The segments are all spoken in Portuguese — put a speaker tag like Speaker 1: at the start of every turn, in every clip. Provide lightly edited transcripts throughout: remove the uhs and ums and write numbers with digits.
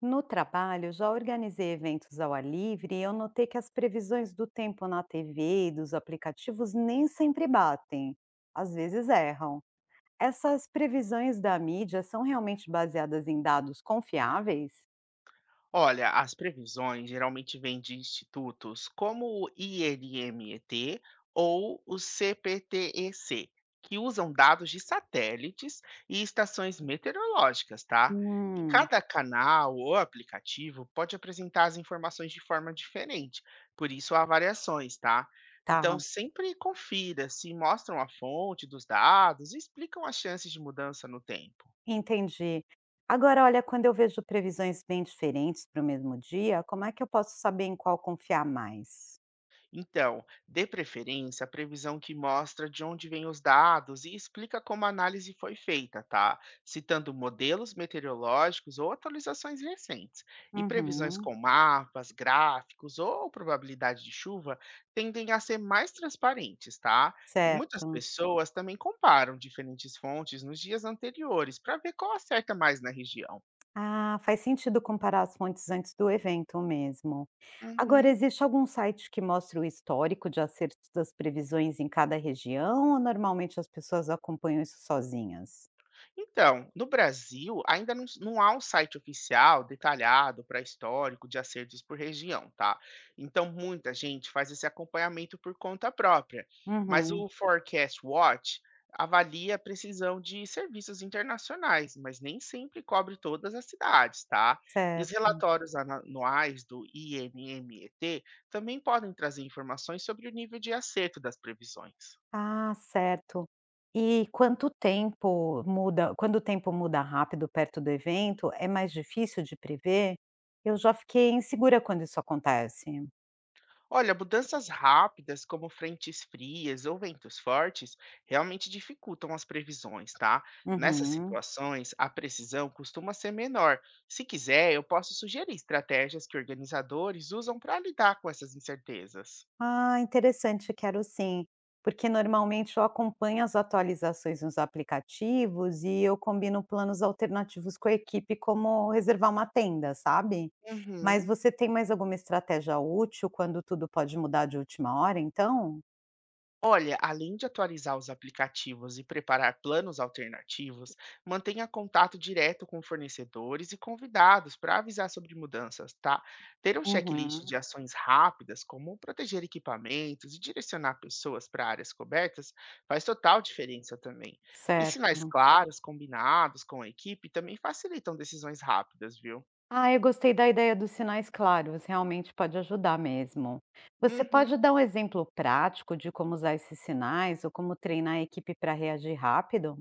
Speaker 1: No trabalho, já organizei eventos ao ar livre e eu notei que as previsões do tempo na TV e dos aplicativos nem sempre batem. Às vezes erram. Essas previsões da mídia são realmente baseadas em dados confiáveis?
Speaker 2: Olha, as previsões geralmente vêm de institutos como o INMET ou o CPTEC, que usam dados de satélites e estações meteorológicas, tá? E
Speaker 1: Hum,
Speaker 2: cada canal ou aplicativo pode apresentar as informações de forma diferente, por isso há variações, tá? Então,
Speaker 1: tá,
Speaker 2: sempre confira se mostram a fonte dos dados e explicam as chances de mudança no tempo.
Speaker 1: entendi. Agora, olha, quando eu vejo previsões bem diferentes para o mesmo dia, como é que eu posso saber em qual confiar mais?
Speaker 2: Então, dê preferência à previsão que mostra de onde vêm os dados e explica como a análise foi feita, tá? Citando modelos meteorológicos ou atualizações recentes. E previsões
Speaker 1: Uhum,
Speaker 2: com mapas, gráficos ou probabilidade de chuva tendem a ser mais transparentes, tá? E muitas
Speaker 1: certo.
Speaker 2: pessoas também comparam diferentes fontes nos dias anteriores para ver qual acerta mais na região.
Speaker 1: Ah, faz sentido comparar as fontes antes do evento mesmo. Agora,
Speaker 2: Uhum.
Speaker 1: existe algum site que mostra o histórico de acertos das previsões em cada região ou normalmente as pessoas acompanham isso sozinhas?
Speaker 2: Então, no Brasil, ainda não, não há um site oficial detalhado para histórico de acertos por região, tá? Então, muita gente faz esse acompanhamento por conta própria. Mas
Speaker 1: Uhum,
Speaker 2: o Forecast Watch avalia a precisão de serviços internacionais, mas nem sempre cobre todas as cidades, tá? E os
Speaker 1: certo.
Speaker 2: relatórios anuais do INMET também podem trazer informações sobre o nível de acerto das previsões.
Speaker 1: Ah, certo. E quanto tempo muda, quando o tempo muda rápido perto do evento, é mais difícil de prever? Eu já fiquei insegura quando isso acontece.
Speaker 2: Olha, mudanças rápidas, como frentes frias ou ventos fortes, realmente dificultam as previsões, tá? Nessas
Speaker 1: Uhum.
Speaker 2: situações, a precisão costuma ser menor. Se quiser, eu posso sugerir estratégias que organizadores usam para lidar com essas incertezas.
Speaker 1: Ah, interessante, quero sim. Porque normalmente eu acompanho as atualizações nos aplicativos e eu combino planos alternativos com a equipe, como reservar uma tenda, sabe? Mas
Speaker 2: Uhum.
Speaker 1: você tem mais alguma estratégia útil quando tudo pode mudar de última hora, então?
Speaker 2: Olha, além de atualizar os aplicativos e preparar planos alternativos, mantenha contato direto com fornecedores e convidados para avisar sobre mudanças, tá? Ter um checklist de
Speaker 1: Uhum,
Speaker 2: ações rápidas, como proteger equipamentos e direcionar pessoas para áreas cobertas, faz total diferença também. E
Speaker 1: certo.
Speaker 2: sinais claros, combinados com a equipe, também facilitam decisões rápidas, viu?
Speaker 1: Ah, eu gostei da ideia dos sinais claros, realmente pode ajudar mesmo. Você
Speaker 2: Uhum.
Speaker 1: pode dar um exemplo prático de como usar esses sinais ou como treinar a equipe para reagir rápido?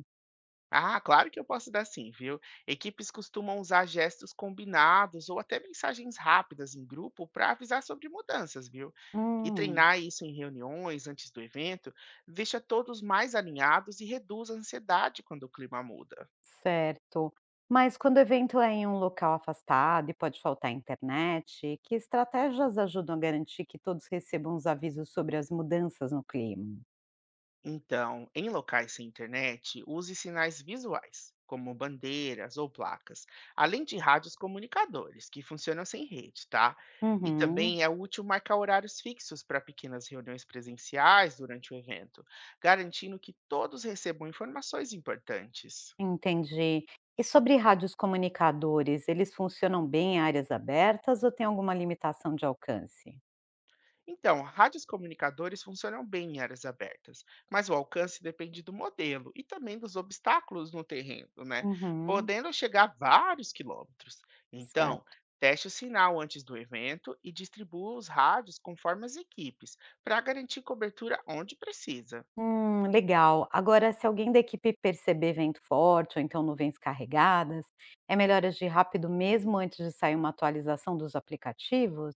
Speaker 2: Ah, claro que eu posso dar sim, viu? Equipes costumam usar gestos combinados ou até mensagens rápidas em grupo para avisar sobre mudanças, viu? E
Speaker 1: Hum.
Speaker 2: treinar isso em reuniões antes do evento deixa todos mais alinhados e reduz a ansiedade quando o clima muda.
Speaker 1: Certo. Mas quando o evento é em um local afastado e pode faltar internet, que estratégias ajudam a garantir que todos recebam os avisos sobre as mudanças no clima?
Speaker 2: Então, em locais sem internet, use sinais visuais, como bandeiras ou placas, além de rádios comunicadores, que funcionam sem rede, tá? E
Speaker 1: Uhum,
Speaker 2: também é útil marcar horários fixos para pequenas reuniões presenciais durante o evento, garantindo que todos recebam informações importantes.
Speaker 1: entendi. E sobre rádios comunicadores, eles funcionam bem em áreas abertas ou tem alguma limitação de alcance?
Speaker 2: Então, rádios comunicadores funcionam bem em áreas abertas, mas o alcance depende do modelo e também dos obstáculos no terreno, né?
Speaker 1: Uhum,
Speaker 2: Podendo chegar a vários quilômetros. Então,
Speaker 1: certo.
Speaker 2: teste o sinal antes do evento e distribua os rádios conforme as equipes, para garantir cobertura onde precisa.
Speaker 1: Legal. Agora, se alguém da equipe perceber vento forte ou então nuvens carregadas, é melhor agir rápido mesmo antes de sair uma atualização dos aplicativos?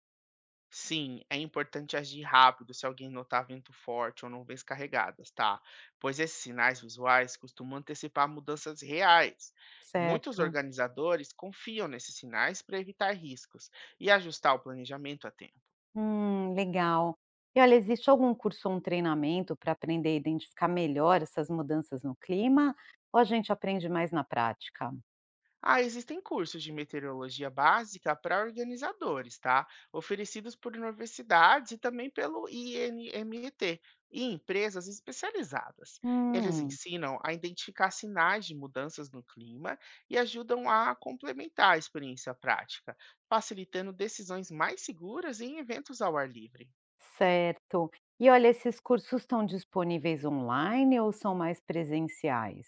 Speaker 2: Sim, é importante agir rápido se alguém notar vento forte ou nuvens carregadas, tá? Pois esses sinais visuais costumam antecipar mudanças reais. Muitos
Speaker 1: Certo.
Speaker 2: organizadores confiam nesses sinais para evitar riscos e ajustar o planejamento a tempo.
Speaker 1: Legal. E olha, existe algum curso ou um treinamento para aprender a identificar melhor essas mudanças no clima? Ou a gente aprende mais na prática?
Speaker 2: Ah, existem cursos de meteorologia básica para organizadores, tá? Oferecidos por universidades e também pelo INMET e T e empresas especializadas. Eles
Speaker 1: Hum,
Speaker 2: ensinam a identificar sinais de mudanças no clima e ajudam a complementar a experiência prática, facilitando decisões mais seguras em eventos ao ar livre.
Speaker 1: certo. E olha, esses cursos estão disponíveis online ou são mais presenciais?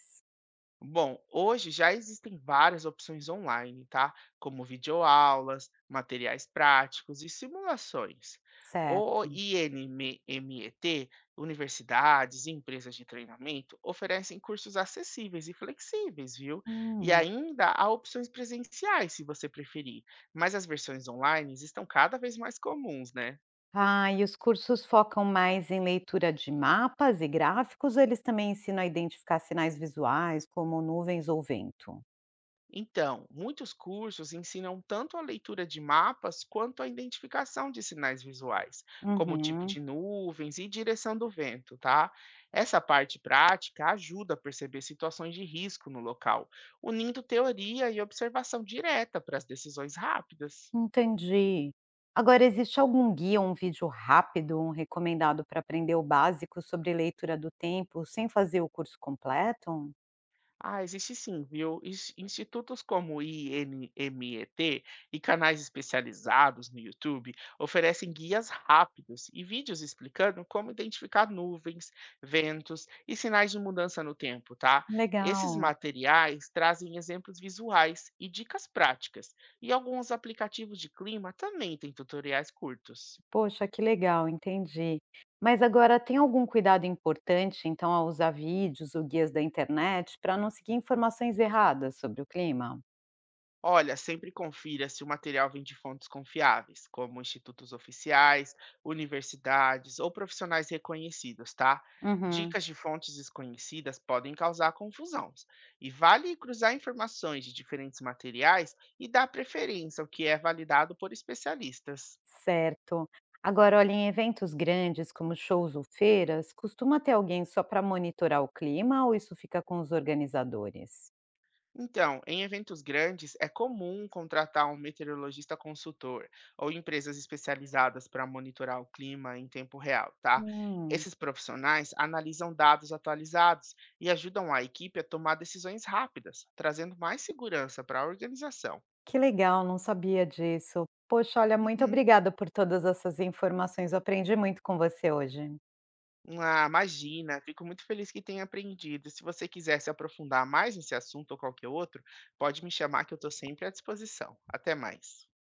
Speaker 2: Bom, hoje já existem várias opções online, tá? Como videoaulas, materiais práticos e simulações. O
Speaker 1: Certo.
Speaker 2: INMET, universidades e empresas de treinamento oferecem cursos acessíveis e flexíveis, viu? E
Speaker 1: Hum.
Speaker 2: ainda há opções presenciais, se você preferir, mas as versões online estão cada vez mais comuns, né?
Speaker 1: Ah, e os cursos focam mais em leitura de mapas e gráficos, ou eles também ensinam a identificar sinais visuais, como nuvens ou vento?
Speaker 2: Então, muitos cursos ensinam tanto a leitura de mapas quanto a identificação de sinais visuais, como o tipo
Speaker 1: Uhum,
Speaker 2: de nuvens e direção do vento, tá? Essa parte prática ajuda a perceber situações de risco no local, unindo teoria e observação direta para as decisões rápidas.
Speaker 1: entendi. Agora, existe algum guia, um vídeo rápido, um recomendado para aprender o básico sobre leitura do tempo sem fazer o curso completo?
Speaker 2: Ah, existe sim, viu? Institutos como o INMET e canais especializados no YouTube oferecem guias rápidos e vídeos explicando como identificar nuvens, ventos e sinais de mudança no tempo, tá? Esses
Speaker 1: Legal.
Speaker 2: materiais trazem exemplos visuais e dicas práticas, e alguns aplicativos de clima também têm tutoriais curtos.
Speaker 1: Poxa, que legal, entendi. Mas agora tem algum cuidado importante, então, ao usar vídeos ou guias da internet para não seguir informações erradas sobre o clima?
Speaker 2: Olha, sempre confira se o material vem de fontes confiáveis, como institutos oficiais, universidades ou profissionais reconhecidos, tá?
Speaker 1: Uhum,
Speaker 2: Dicas de fontes desconhecidas podem causar confusão. E vale cruzar informações de diferentes materiais e dar preferência ao que é validado por especialistas.
Speaker 1: certo. Agora, olha, em eventos grandes, como shows ou feiras, costuma ter alguém só para monitorar o clima ou isso fica com os organizadores?
Speaker 2: Então, em eventos grandes, é comum contratar um meteorologista consultor ou empresas especializadas para monitorar o clima em tempo real, tá?
Speaker 1: Hum,
Speaker 2: Esses profissionais analisam dados atualizados e ajudam a equipe a tomar decisões rápidas, trazendo mais segurança para a organização.
Speaker 1: que legal, não sabia disso. Poxa, olha, muito
Speaker 2: Uhum.
Speaker 1: obrigada por todas essas informações. Eu aprendi muito com você hoje.
Speaker 2: Ah, imagina, fico muito feliz que tenha aprendido. Se você quiser se aprofundar mais nesse assunto ou qualquer outro, pode me chamar que eu estou sempre à disposição. Até mais.